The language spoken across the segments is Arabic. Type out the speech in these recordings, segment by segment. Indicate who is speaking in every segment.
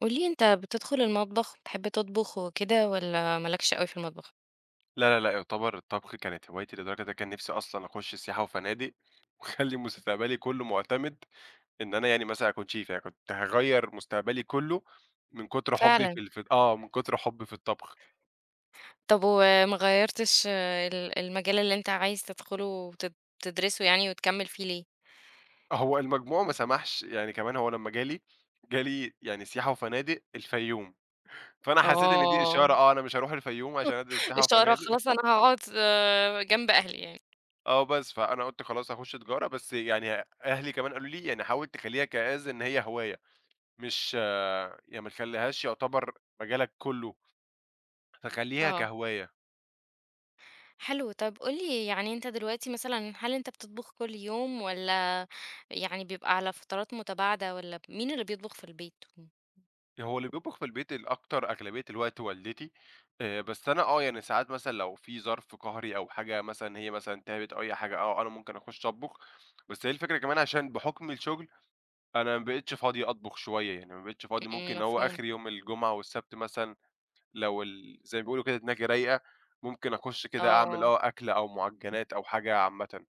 Speaker 1: قولي أنت بتدخل المطبخ، بتحب تطبخ وكده والّا ما لكش أوي في المطبخ؟
Speaker 2: لا، لا، لأ، يعتبر الطبخ كانت هوايتي لدرجة إن أنا كان نِفْسي أصلًا أخُش سياحة وفنادق وأخلّي مستقبلي كُلّه مُعتمد إن أنا مثلًا أكون chef كنت هاغيّر مستقبلي كُلّه من كُتر حُبّي في
Speaker 1: فعلًا،
Speaker 2: ال في آه، من كُتر حُبّي في الطبخ.
Speaker 1: طب وما غيّرتش آه، المجال اللي أنت عايز تدخله تدرسه يعني وتكمّل فيه ليه؟
Speaker 2: هو المجموع ما سمحش، يعني كمان هو لمّا جالي، جالي يعني سياحة وفنادق الفيوم، فأنا حسّيت إن دي إشارة
Speaker 1: آه،
Speaker 2: آه، أنا مش هاروح الفيوم عشان أدرس سياحة
Speaker 1: إشارة
Speaker 2: وفنادق
Speaker 1: خلاص أنا هاقعد جنب أهلي يعني،
Speaker 2: بس، فأنا قُلت خلاص هاخُش تجارة، بس يعني أهلي كمان قالوا لي يعني حاول تخلّيها كas إن هي هواية. مش آه، يعني ما تخلّيهاش يعتبر مجالك كلّه، فخلّيها
Speaker 1: آه،
Speaker 2: كهواية.
Speaker 1: حلو طب قُل لي يعني أنت دلوقتي مثلًا هل أنت بتطبخ كل يوم والّا يعني بيبقى على فترات متباعدة والّا مين اللي بيطبخ في البيت؟
Speaker 2: هو اللي بيطبخ في البيت الأكتر أغلبية الوقت والدتي، بس أنا، يعني ساعات مثلًا لو في ظرف قهري أو حاجة، مثلًا هي مثلًا تعبت أو أي حاجة، آه، أنا ممكن أخُش أطبخ، بس هي الفكرة كمان عشان بحُكم الشغل أنا ما بقيتش فاضي أطبخ شوية، يعني ما بقيتش فاضي،
Speaker 1: إمم،
Speaker 2: ممكن هو
Speaker 1: مفهوم،
Speaker 2: آخر يوم الجمعة والسبت مثلًا لو زي ما بيقولوا كده دماغي رايقة، ممكن أخُش كده أعمل
Speaker 1: آه.
Speaker 2: آه، أكلة أو مُعجّنات أو حاجة عامةً.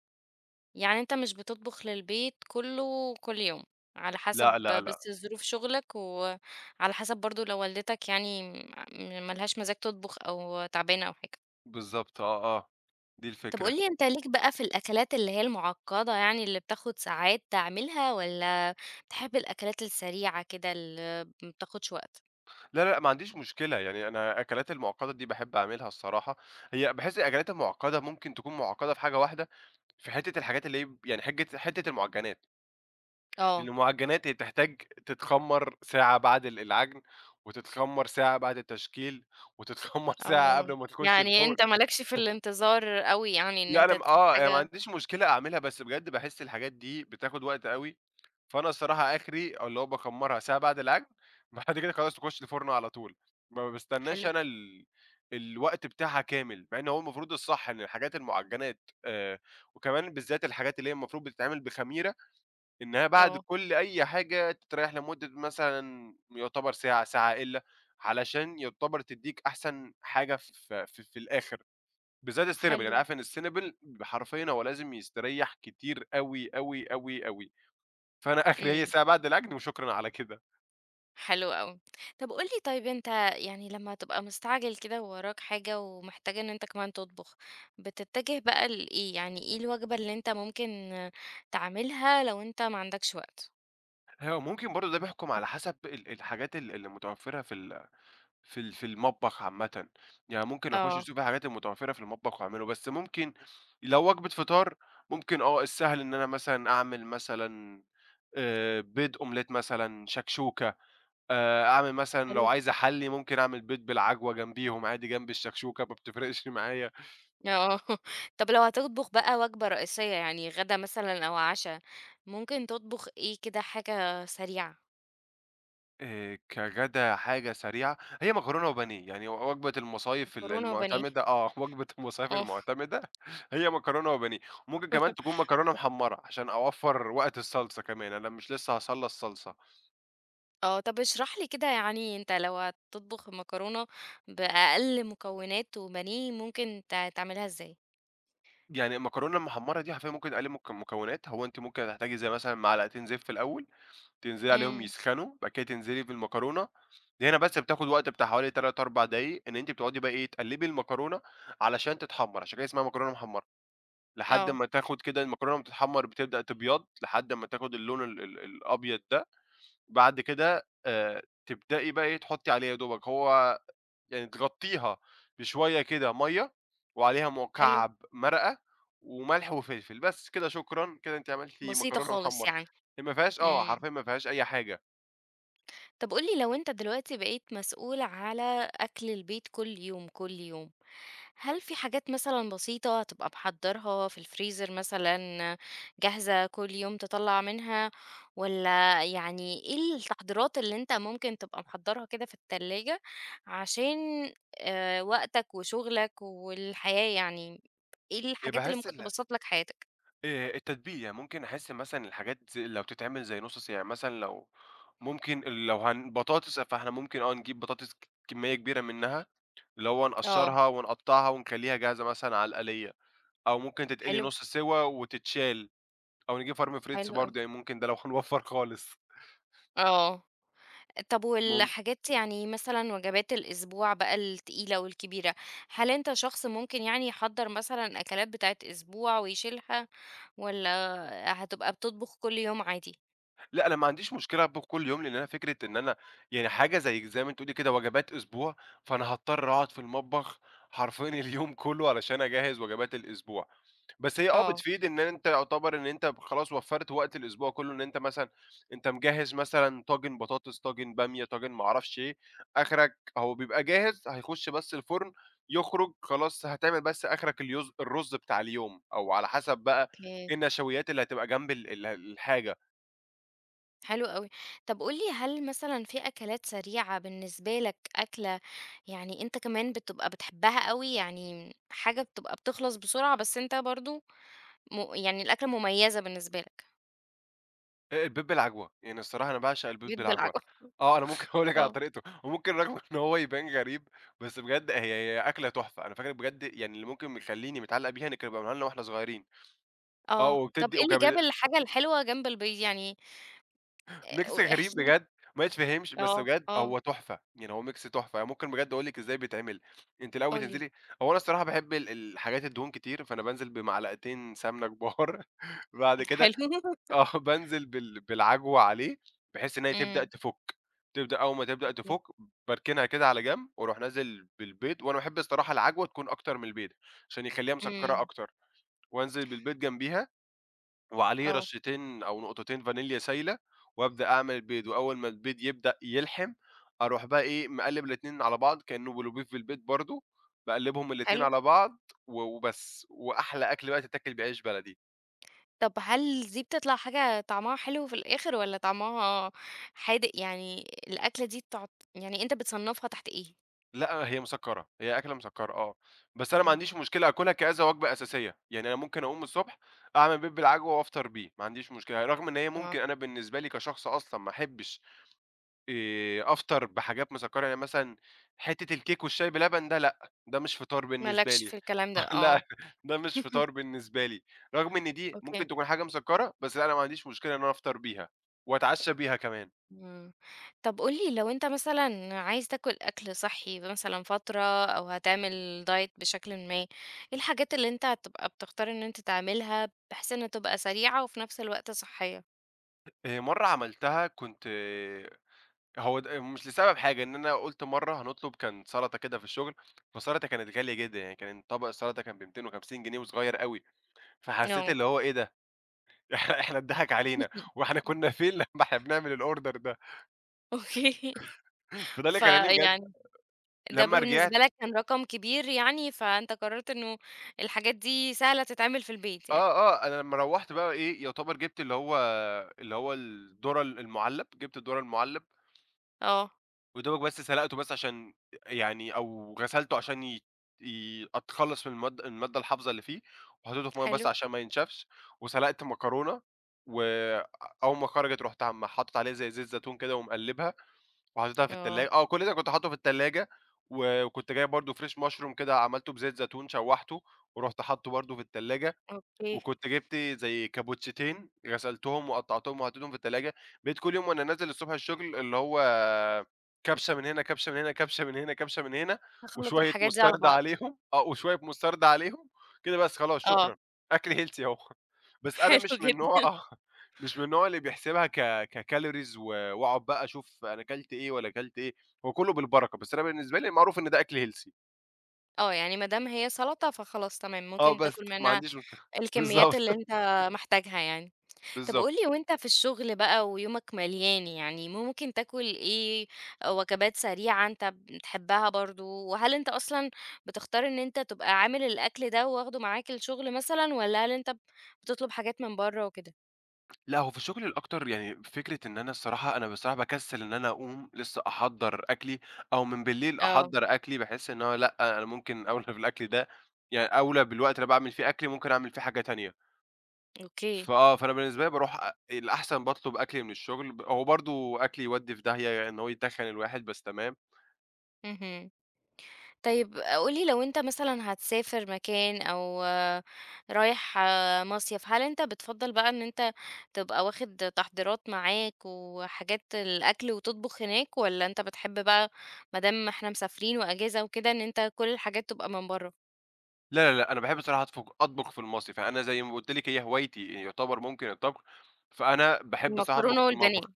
Speaker 1: يعني أنت مش بتطبخ للبيت كله كل يوم، على حسب
Speaker 2: لأ، لأ، لأ.
Speaker 1: بس ظروف شغلك، وعلى حسب برضه لو والدتك يعني ما لهاش مزاج تطبخ أو تعبانة أو حاجة.
Speaker 2: بالضبط آه، آه، دي
Speaker 1: طب
Speaker 2: الفكرة.
Speaker 1: قُل لي أنت ليك بقى في الأكلات اللي هي المعقدة يعني اللي بتاخد ساعات تعملها، والّا بتحب الأكلات السريعة كده اللي ما بتاخدش وقت؟
Speaker 2: لا، لأ، ما عنديش مشكلة، يعني أنا الأكلات المعقدة دي باحب أعملها الصراحة، هي باحس الأكلات المعقدة ممكن تكون معقدة في حاجة واحدة، في حتة الحاجات اللي هي يعني حتة المعجنات، لأن
Speaker 1: آه،
Speaker 2: المعجنات هي تحتاج تتخمّر ساعة بعد العجن، وتتخمّر ساعة بعد التشكيل، وتتخمّر ساعة قبل
Speaker 1: آه،
Speaker 2: ما تخش
Speaker 1: يعني أنت
Speaker 2: الفرن.
Speaker 1: ما لكش في الانتظار أوي يعني إن
Speaker 2: لأ أنا
Speaker 1: أنت
Speaker 2: م
Speaker 1: تسيب
Speaker 2: آه، أنا ما
Speaker 1: حاجة
Speaker 2: عنديش مشكلة أعملها، بس بجد باحس الحاجات دي بتاخد وقت أوي، فأنا الصراحة آخري اللي هو باكمّرها ساعة بعد العجن، بعد كده خلاص تخش الفرن على طول، ما باستناش
Speaker 1: حلو،
Speaker 2: أنا الوقت بتاعها كامل، مع إن هو المفروض الصح إن الحاجات المعجنات وكمان بالذات الحاجات اللي هي المفروض بتتعمل بخميرة، إنها بعد
Speaker 1: آه،
Speaker 2: كل أي حاجة تتريّح لمدة مثلًا يُعتبر ساعة، ساعة إلا، علشان يُعتبر تدّيك أحسن حاجة ف في في الآخر. بالذات السينابل،
Speaker 1: حلو،
Speaker 2: أنا عارف إن السينابل حرفيًا هو لازم يستريّح كتير أوي، أوي، أوي، أوي، فأنا آخري هي
Speaker 1: إمم.
Speaker 2: ساعة بعد الأكل وشكرًا على كده.
Speaker 1: حلو أوي. طب قُل لي طيب أنت يعني لمّا تبقى مستعجل كده ووراك حاجة ومحتاج إن أنت كمان تطبخ، بتتجه بقى لإيه؟ يعني إيه الوجبة اللي أنت ممكن تعملها لو أنت ما عندكش وقت؟
Speaker 2: هو ممكن برضه ده بيحكم على حسب الحاجات اللي متوفّرة في المطبخ عامةً، يعني ممكن أخُش
Speaker 1: آه.
Speaker 2: أشوف إيه الحاجات المتوفّرة في المطبخ وأعمله، بس ممكن لو وجبة فطار، ممكن آه، السهل إن أنا مثلًا أعمل مثلًا بيض أومليت مثلًا، شكشوكة، أعمل مثلًا لو
Speaker 1: حلو.
Speaker 2: عايز أحلّي ممكن أعمل بيض بالعجوة جنبيهم عادي جنب الشكشوكة ما بتفرقش معايا.
Speaker 1: آه. طب لو هتطبخ بقى وجبة رئيسية يعني غدا مثلًا أو عشا، ممكن تطبخ إيه كده حاجة سريعة؟
Speaker 2: كغدا حاجة سريعة، هي مكرونة وبانيه، يعني وجبة المصايف
Speaker 1: مكرونة وبانيه.
Speaker 2: المعتمدة آه، وجبة المصايف
Speaker 1: آه.
Speaker 2: المعتمدة هي مكرونة وبانيه، ممكن كمان تكون مكرونة محمرة عشان أوفّر وقت الصلصة كمان، أنا مش لسه هاصلّى الصلصة،
Speaker 1: آه، طب اشرح لي كده يعني أنت لو هتطبخ مكرونة بأقل مكونات وبانيه ممكن تعملها إزاي؟
Speaker 2: يعني المكرونة المحمرة دي حرفيًا ممكن أقلّل مكونات، هو أنتِ ممكن هتحتاجي زي مثلًا معلقتين زيت في الأول، تنزلي عليهم
Speaker 1: إمم،
Speaker 2: يسخنوا، بعد كده تنزلي بالمكرونة، دي هنا بس بتاخد وقت بتاع حوالي 3، 4 دقايق إن أنتِ بتقعدي بقى إيه تقلّبي المكرونة علشان تتحمّر، عشان كده اسمها مكرونة محمرة. لحد
Speaker 1: آه،
Speaker 2: أمّا تاخد كده المكرونة وهي بتتحمّر بتبدأ تبيض، لحد أمّا تاخد اللون ال ال الأبيض ده، بعد كده تبدئي بقى إيه، تحطّي عليها يا دوبك هو يعني تغطّيها بشوية كده مَيّة وعليها
Speaker 1: حلو،
Speaker 2: مُكعّب مرقة وملح وفلفل، بس كده شكرًا، كده أنتِ عملتِ
Speaker 1: بسيطة
Speaker 2: مكرونة
Speaker 1: خالص
Speaker 2: محمّرة.
Speaker 1: يعني،
Speaker 2: هي ما فيهاش آه،
Speaker 1: إمم.
Speaker 2: حرفيًا ما فيهاش أي حاجة.
Speaker 1: طب قُل لي لو أنت دلوقتي بقيت مسؤول على أكل البيت كل يوم، كل يوم، هل في حاجات مثلًا بسيطة تبقى محضّرها في الفريزر مثلًا جاهزة كل يوم تطلّع منها، والّا يعني إيه التحضيرات اللي أنت ممكن تبقى محضّرها كده في التلاجة عشان وقتك وشغلك والحياة يعني، إيه الحاجات اللي
Speaker 2: باحس
Speaker 1: ممكن
Speaker 2: ال
Speaker 1: تبسّط لك حياتك؟
Speaker 2: التتبيلة، يعني ممكن أحس مثلًا الحاجات زي لو تتعمل زي نُص صياع، مثلًا لو ممكن، لو هن بطاطس فإحنا ممكن نجيب بطاطس كمية كبيرة منها، اللي هو
Speaker 1: آه،
Speaker 2: نقشّرها ونقطّعها ونخلّيها جاهزة مثلًا على القليّة، أو ممكن تتقلي
Speaker 1: حلو،
Speaker 2: نُص سِوا وتتشال، أو نجيب فرم فريتس
Speaker 1: حلو أوي،
Speaker 2: برضه، يعني ممكن ده لو هنوفّر خالص.
Speaker 1: آه. طب
Speaker 2: مم.
Speaker 1: والحاجات يعني مثلًا وجبات الأسبوع بقى التقيلة والكبيرة، هل أنت شخص ممكن يعني يحضّر مثلًا أكلات بتاعة أسبوع ويشيلها، والّا هتبقى بتطبخ كل يوم عادي؟
Speaker 2: لأ أنا ما عنديش مشكلة أطبخ كل يوم، لإن أنا فكرة إن أنا يعني حاجة زي ما أنتِ قُلتِ كده وجبات أسبوع، فأنا هاضطر أقعد في المطبخ حرفيًا اليوم كلّه علشان أجهّز وجبات الأسبوع. بس هي آه،
Speaker 1: آه،
Speaker 2: بتفيد إن أنت يعتبر إن أنت خلاص وفّرت وقت الأسبوع كلّه، إن أنت مثلًا أنت مجهّز مثلًا طاجن بطاطس، طاجن بامية، طاجن ما أعرفش إيه، آخرك هو بيبقى جاهز هيخش بس الفرن، يخرج خلاص هتعمل بس آخرك اليوز الرز بتاع اليوم، أو على حسب بقى
Speaker 1: أوكي،
Speaker 2: إيه النشويات اللي هتبقى جنب ال ال الحاجة.
Speaker 1: حلو أوي. طب قُل لي هل مثلًا في أكلات سريعة بالنسبة لك، أكلة يعني أنت كمان بتبقى بتحبها أوي، يعني حاجة بتبقى بتخلص بسرعة بس أنت برضه م يعني الأكلة مميزة بالنسبة لك،
Speaker 2: البيض بالعجوة، يعني الصراحة أنا باعشق البيض
Speaker 1: بيض
Speaker 2: بالعجوة.
Speaker 1: بالعجوة؟
Speaker 2: آه، أنا ممكن أقول لِك على
Speaker 1: آه.
Speaker 2: طريقته، وممكن رغم إن هو يبان غريب، بس بجد هي أكلة تحفة، أنا فاكر بجد يعني اللي ممكن مخلّيني متعلّق بيها إن كانوا بيعملوها لنا وإحنا صغيرين، آه،
Speaker 1: آه، طَب
Speaker 2: وبتدّي
Speaker 1: إيه اللي
Speaker 2: وكان
Speaker 1: جاب الحاجة الحلوة جنب البيض يعني
Speaker 2: ميكس
Speaker 1: احكِ
Speaker 2: غريب
Speaker 1: لي
Speaker 2: بجد، ما يتفهمش، بس
Speaker 1: آه،
Speaker 2: بجد
Speaker 1: آه،
Speaker 2: هو تحفة، يعني هو ميكس تحفة، أنا ممكن بجد أقول لِك إزاي بيتعمل، أنتِ الأول
Speaker 1: قُل لي
Speaker 2: تنزلي. هو أنا الصراحة باحب الحاجات الدهون كتير، فأنا بانزل بمعلقتين سمنة كبار. بعد كده
Speaker 1: حلو
Speaker 2: آه، بانزل بال بالعجوة عليه، بحيث إن هي تبدأ
Speaker 1: إمم،
Speaker 2: تفُك، تبدأ أول ما تبدأ
Speaker 1: أوكي،
Speaker 2: تفُك باركنها كده على جنب، وأروح نازل بالبيض، وأنا باحب الصراحة العجوة تكون أكتر من البيضة، عشان يخلّيها مسكّرة
Speaker 1: إمم،
Speaker 2: أكتر، وأنزل بالبيض جنبيها، وعليه
Speaker 1: آه،
Speaker 2: رشّتين أو نقطتين فانيليا سايلة، وأبدأ أعمل البيض، وأول ما البيض يبدأ يلحم، أروح بقى إيه مقلّب الاتنين على بعض كإنه بلوبيف في البيض برضه، باقلّبهم الاتنين
Speaker 1: حلو،
Speaker 2: على بعض، و وبس، وأحلى أكل بقى تتاكل بعيش بلدي.
Speaker 1: طَب هل دي بتطلع حاجة طعمها حلو في الآخر والّا طعمها حادق، يعني الأكلة دي تعت يعني أنت بتصنّفها تحت إيه؟
Speaker 2: لأ، هي مسكّرة، هي أكلة مسكّرة آه، بس أنا ما
Speaker 1: إمم،
Speaker 2: عنديش مشكلة آكلها كذا وجبة أساسية، يعني أنا ممكن أقوم الصبح أعمل بيض بالعجوة وأفطر بيه، ما عنديش مشكلة، رغم إن هي
Speaker 1: آه،
Speaker 2: ممكن أنا بالنسبة لي كشخص أصلًا ما أحبش أفطر بحاجات مسكّرة، يعني مثلًا حتّة الكيك والشاي بلبن ده لأ، ده مش فطار
Speaker 1: ما
Speaker 2: بالنسبة
Speaker 1: لكش
Speaker 2: لي،
Speaker 1: في الكلام ده،
Speaker 2: آه، لأ،
Speaker 1: آه،
Speaker 2: ده مش فطار بالنسبة لي، رغم إن دي ممكن
Speaker 1: أوكي.
Speaker 2: تكون حاجة مسكّرة، بس لأ، أنا ما عنديش مشكلة إن أنا أفطر بيها وأتعشى بيها كمان.
Speaker 1: إمم. طب قُل لي لو أنت مثلًا عايز تاكل أكل صحّي مثلًا فترة أو هتعمل diet بشكلٍ ما، إيه الحاجات اللي أنت هتبقى بتختار إن أنت تعملها بحيث إنها تبقى سريعة وفي نفس الوقت صحّية؟
Speaker 2: مرّة عملتها كنت. هو د مش لسبب حاجة، إن أنا قُلت مرّة هنطلب كان سَلطة كده في الشغل، فالسَلطة كانت غالية جدًا، يعني كان طبق السَلطة كان ب250 جنيه وصغير أوي، فحسّيت
Speaker 1: آه.
Speaker 2: اللي هو إيه ده! إحنا اتضحك علينا، وإحنا كُنّا فين لمّا إحنا بنعمل الorder ده؟
Speaker 1: أوكي.
Speaker 2: فده اللي خلّاني بجد
Speaker 1: فيعني ده
Speaker 2: لمّا
Speaker 1: بالنسبة
Speaker 2: رجعت.
Speaker 1: لك كان رقم كبير يعني، فأنت قررت إنه الحاجات دي سهلة تتعمل في البيت يعني.
Speaker 2: آه، آه، أنا لمّا روّحت بقى إيه، يعتبر جِبت اللي هو الذرة المُعلّب، جِبت الذرة المُعلّب
Speaker 1: آه،
Speaker 2: ودوبك بس سلقته بس عشان يعني، أو غسلته عشان ي ي أتخلّص من المادة الحافظة اللي فيه، وحطيته في مَيّة بس
Speaker 1: حلو.
Speaker 2: عشان ما ينشفش، وسلقت مكرونة، وأول ما خرجت رُحت عم حاطط عليها زي زيت زيتون كده ومقلّبها، وحطيتها في
Speaker 1: آه،
Speaker 2: التلا آه كل ده كنت حاطه في التلاجة، وكنت جايب برضه fresh mushroom كده عملته بزيت زيتون شوّحته، ورُحت حاطه برضه في التلاجة.
Speaker 1: أوكي.
Speaker 2: وكنت جِبت زي كابوتشتين غسلتهم وقطّعتهم وحطيتهم في التلاجة، بقيت كل يوم وأنا نازل الصبح الشغل اللي هو كَبْشة من هنا، كَبْشة من هنا، كَبْشة من هنا، كَبْشة من هنا،
Speaker 1: هاخلّط
Speaker 2: وشوية
Speaker 1: الحاجات دي على
Speaker 2: مستردة
Speaker 1: بعض.
Speaker 2: عليهم آه، وشوية مستردة عليهم كده بس خلاص
Speaker 1: آه،
Speaker 2: شكرًا، أكل healthy أهو. بس أنا
Speaker 1: حلو
Speaker 2: مش من النوع
Speaker 1: جدًا.
Speaker 2: آه، مش من النوع اللي بيحسبها كcalories، وأقعد بقى أشوف أنا كلت إيه ولا كلت إيه، هو كُلّه بالبركة، بس أنا بالنسبة لي معروف إن ده أكل healthy.
Speaker 1: آه، يعني ما دام هي سلطة فخلاص تمام،
Speaker 2: آه،
Speaker 1: ممكن
Speaker 2: بس
Speaker 1: تاكل
Speaker 2: ما
Speaker 1: منها
Speaker 2: عنديش مشكلة.
Speaker 1: الكميات اللي
Speaker 2: بالضبط،
Speaker 1: أنت محتاجها يعني. طب
Speaker 2: بالضبط.
Speaker 1: قُل لي وأنت في الشغل بقى ويومك مليان يعني، ممكن تاكل إيه، وجبات سريعة أنت بتحبها برضه، وهل أنت أصلًا بتختار إن أنت تبقى عامل الأكل ده واخده معاك الشغل مثلًا، والّا هل أنت بتطلب حاجات من برّه وكده؟
Speaker 2: لأ، هو في الشغل الأكتر يعني فكرة إن أنا بصراحة باكسّل إن أنا أقوم لسه أحضّر أكلي أو من بالليل
Speaker 1: آه،
Speaker 2: أحضّر أكلي، باحس إن هو لأ، أنا ممكن أولى بالأكل ده، يعني أولى بالوقت اللي باعمل فيه أكلي ممكن أعمل فيه حاجة تانية.
Speaker 1: أوكي،
Speaker 2: فأنا بالنسبة لي باروح أ الأحسن باطلب أكلي من الشغل، هو برضه أكلي يودّي في داهية، يعني إن هو يتخّن الواحد بس تمام.
Speaker 1: اهم. طيب قولي لو أنت مثلًا هتسافر مكان أو رايح مصيف، هل أنت بتفضّل بقى إن أنت تبقى واخد تحضيرات معاك وحاجات الأكل وتطبخ هناك، والّا أنت بتحب بقى ما دام إحنا مسافرين وأجازة وكده إن أنت كل الحاجات تبقى من برّه؟
Speaker 2: لا، لا، لأ، أنا باحب الصراحة أطفق أطبخ في المصيف، يعني أنا زي ما قُلت لِك هي هوايتي، يعتبر ممكن الطبخ، فأنا باحب الصراحة أطبخ
Speaker 1: المكرونة
Speaker 2: في
Speaker 1: والبانيه،
Speaker 2: المطبخ.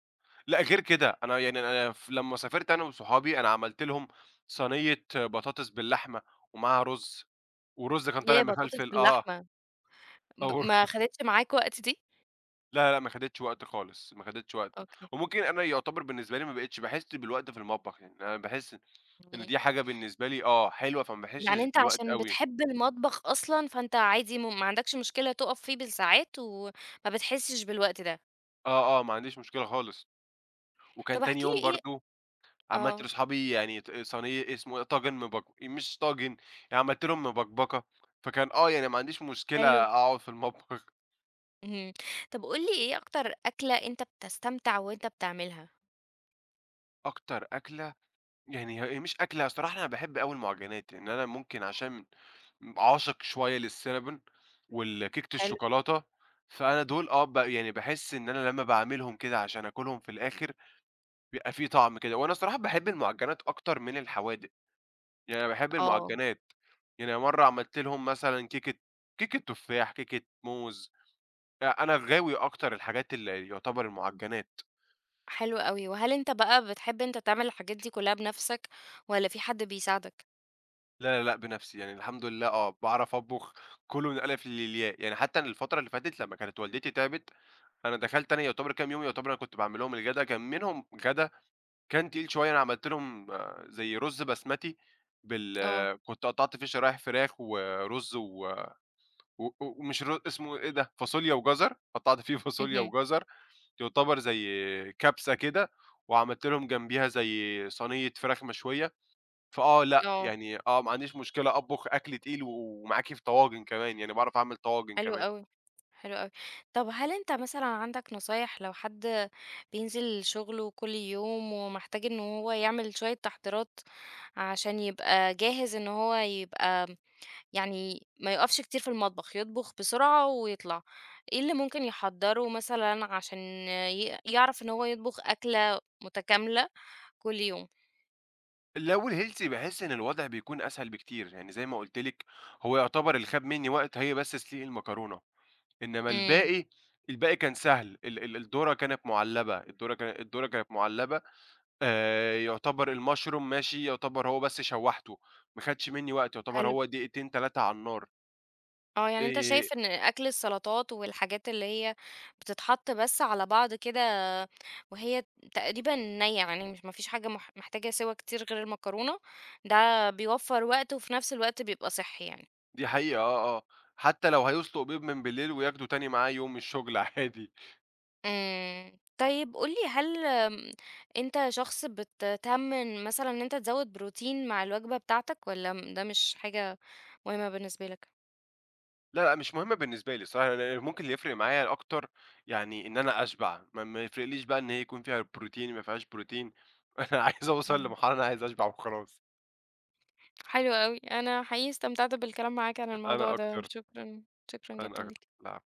Speaker 2: لأ، غير كده، أنا لمّا سافرت أنا وصحابي، أنا عملت لهم صينية بطاطس باللحمة ومعاها رُز، والرُز كان طالع
Speaker 1: ياه! بطاطس
Speaker 2: مفلفل آه.
Speaker 1: باللحمة ب
Speaker 2: أو ر
Speaker 1: ما خدتش معاك وقت دي؟
Speaker 2: لا، لأ، ما خدتش وقت خالص، ما خدتش وقت،
Speaker 1: أوكي،
Speaker 2: وممكن أنا يعتبر بالنسبة لي ما بقيتش باحس بالوقت في المطبخ، يعني أنا باحس إن
Speaker 1: إمم،
Speaker 2: دي حاجة بالنسبة لي آه، حلوة، فما
Speaker 1: يعني
Speaker 2: باحسش
Speaker 1: أنت
Speaker 2: بالوقت
Speaker 1: عشان
Speaker 2: أوي.
Speaker 1: بتحب المطبخ أصلًا، فأنت عادي م ما عندكش مشكلة تُقف فيه بالساعات وما بتحسش بالوقت ده.
Speaker 2: آه، آه، ما عنديش مشكلة خالص، وكان
Speaker 1: طب
Speaker 2: تاني
Speaker 1: احكِ
Speaker 2: يوم
Speaker 1: لي إيه
Speaker 2: برضه عملت
Speaker 1: آه.
Speaker 2: لأصحابي يعني ط صيني اسمه إيه، طاجن مبك مش طاجن، يعني، عملت لهم مبكبكة، فكان آه، يعني ما عنديش مشكلة
Speaker 1: حلو.
Speaker 2: أقعد في المطبخ.
Speaker 1: اهم. طب قُل لي إيه أكتر أكلة أنت بتستمتع وأنت بتعملها؟
Speaker 2: أكتر أكلة، يعني هي مش أكلة، الصراحة أنا باحب أوي المعجنات، يعني أنا ممكن عشان عاشق شوية للcinnamon والكيكة
Speaker 1: حلو.
Speaker 2: الشوكولاتة، فأنا دول آه، ب يعني باحس إن أنا لمّا باعملهم كده عشان آكلهم في الآخر، بيبقى في طعم كده، وأنا الصراحة باحب المعجنات أكتر من الحوادق. يعني أنا باحب
Speaker 1: آه.
Speaker 2: المعجنات، يعني مرّة عملت لهم مثلًا كيكة تفاح، كيكة موز، أنا غاوي أكتر الحاجات اللي يعتبر المعجنات.
Speaker 1: حلو أوي. وهل أنت بقى بتحب أنت تعمل الحاجات دي كلّها بنَفْسك والّا في حد بيساعدك؟
Speaker 2: لا، لا، لأ، بنفسي، يعني الحمد لله آه، باعرف أطبخ كُلّه من الألف للياء، يعني حتى أنا الفترة اللي فاتت لمّا كانت والدتي تعبت، أنا دخلت، أنا يعتبر كام يوم يعتبر أنا كنت باعمل لهم الغدا، كان منهم غدا كان تقيل شوية، أنا عملت لهم آه، زي رُز بسمتي بال
Speaker 1: آه.
Speaker 2: آه، كنت قطّعت فيه شرايح فراخ ورُز و و و ومش ر اسمه إيه ده، فاصوليا وجزر، قطّعت فيه فاصوليا
Speaker 1: اهم.
Speaker 2: وجزر، يعتبر زي كبسة كده، وعملت لهم جنبيها زي صينية فراخ مشوية، فآه لأ،
Speaker 1: آه.
Speaker 2: يعني آه، ما عنديش مشكلة أطبخ أكل تقيل ومعاكِ في طواجن كمان، يعني باعرف أعمل طواجن
Speaker 1: حلو
Speaker 2: كمان.
Speaker 1: أوي. حلو أوي. طب هل أنت مثلًا عندك نصايح لو حد بينزل شُغله كل يوم ومحتاج إن هو يعمل شوية تحضيرات عشان يبقى جاهز إن هو يبقى يعني ما يقفش كتير في المطبخ، يطبخ بسرعة ويطلع. إيه اللي ممكن يحضّره مثلًا عشان يعرف إن هو يطبخ أكلة متكاملة كل يوم؟
Speaker 2: لو الhealthy باحس إن الوضع بيكون أسهل بكتير، يعني زي ما قُلت لِك هو يعتبر اللي خَد منّي وقت هي بس تسليق المكرونة، إنّما
Speaker 1: إمم،
Speaker 2: الباقي، الباقي كان سهل، ال ال الذرة كانت مُعلّبة، الذرة كانت مُعلّبة، يعتبر المشروم ماشي، يعتبر هو بس شوّحته، ما خدش منّي وقت، يعتبر
Speaker 1: حلو.
Speaker 2: هو دقيقتين 3 على النار.
Speaker 1: آه، يعني أنت شايف إن
Speaker 2: آآ
Speaker 1: أكل السلطات والحاجات اللي هي بتتحط بس على بعض كده وهي تقريبًا نيّة، يعني مش ما فيش حاجة محتاجة سِوى كتير غير المكرونة، ده بيوفّر وقت وفي نفس الوقت بيبقى صحّي يعني.
Speaker 2: دي حقيقة آه، آه. حتّى لو هيسلُق بيض من بالليل وياخده تاني معاه يوم الشُغل عادي.
Speaker 1: إمم. طيب قُل لي هل أنت شخص بتهتم مثلًا إن أنت تزوّد بروتين مع الوجبة بتاعتك والّا م ده مش حاجة مهمة بالنسبة لك؟
Speaker 2: لا، لأ، مش مهم بالنسبة لي الصراحة، أنا ممكن اللي يفرق معايا أكتر يعني إن أنا أشبع، ما يفرقليش بقى إن هي يكون فيها بروتين، ما فيهاش بروتين، أنا عايز أوصل
Speaker 1: إمم.
Speaker 2: لمرحلة، أنا عايز أشبع وخلاص.
Speaker 1: حلو أوي. أنا حقيقي استمتعت بالكلام معاك عن الموضوع
Speaker 2: أنا
Speaker 1: ده،
Speaker 2: أكتر،
Speaker 1: شكرًا، شكرًا
Speaker 2: أنا
Speaker 1: جدًا
Speaker 2: أكتر.
Speaker 1: ليك.
Speaker 2: لا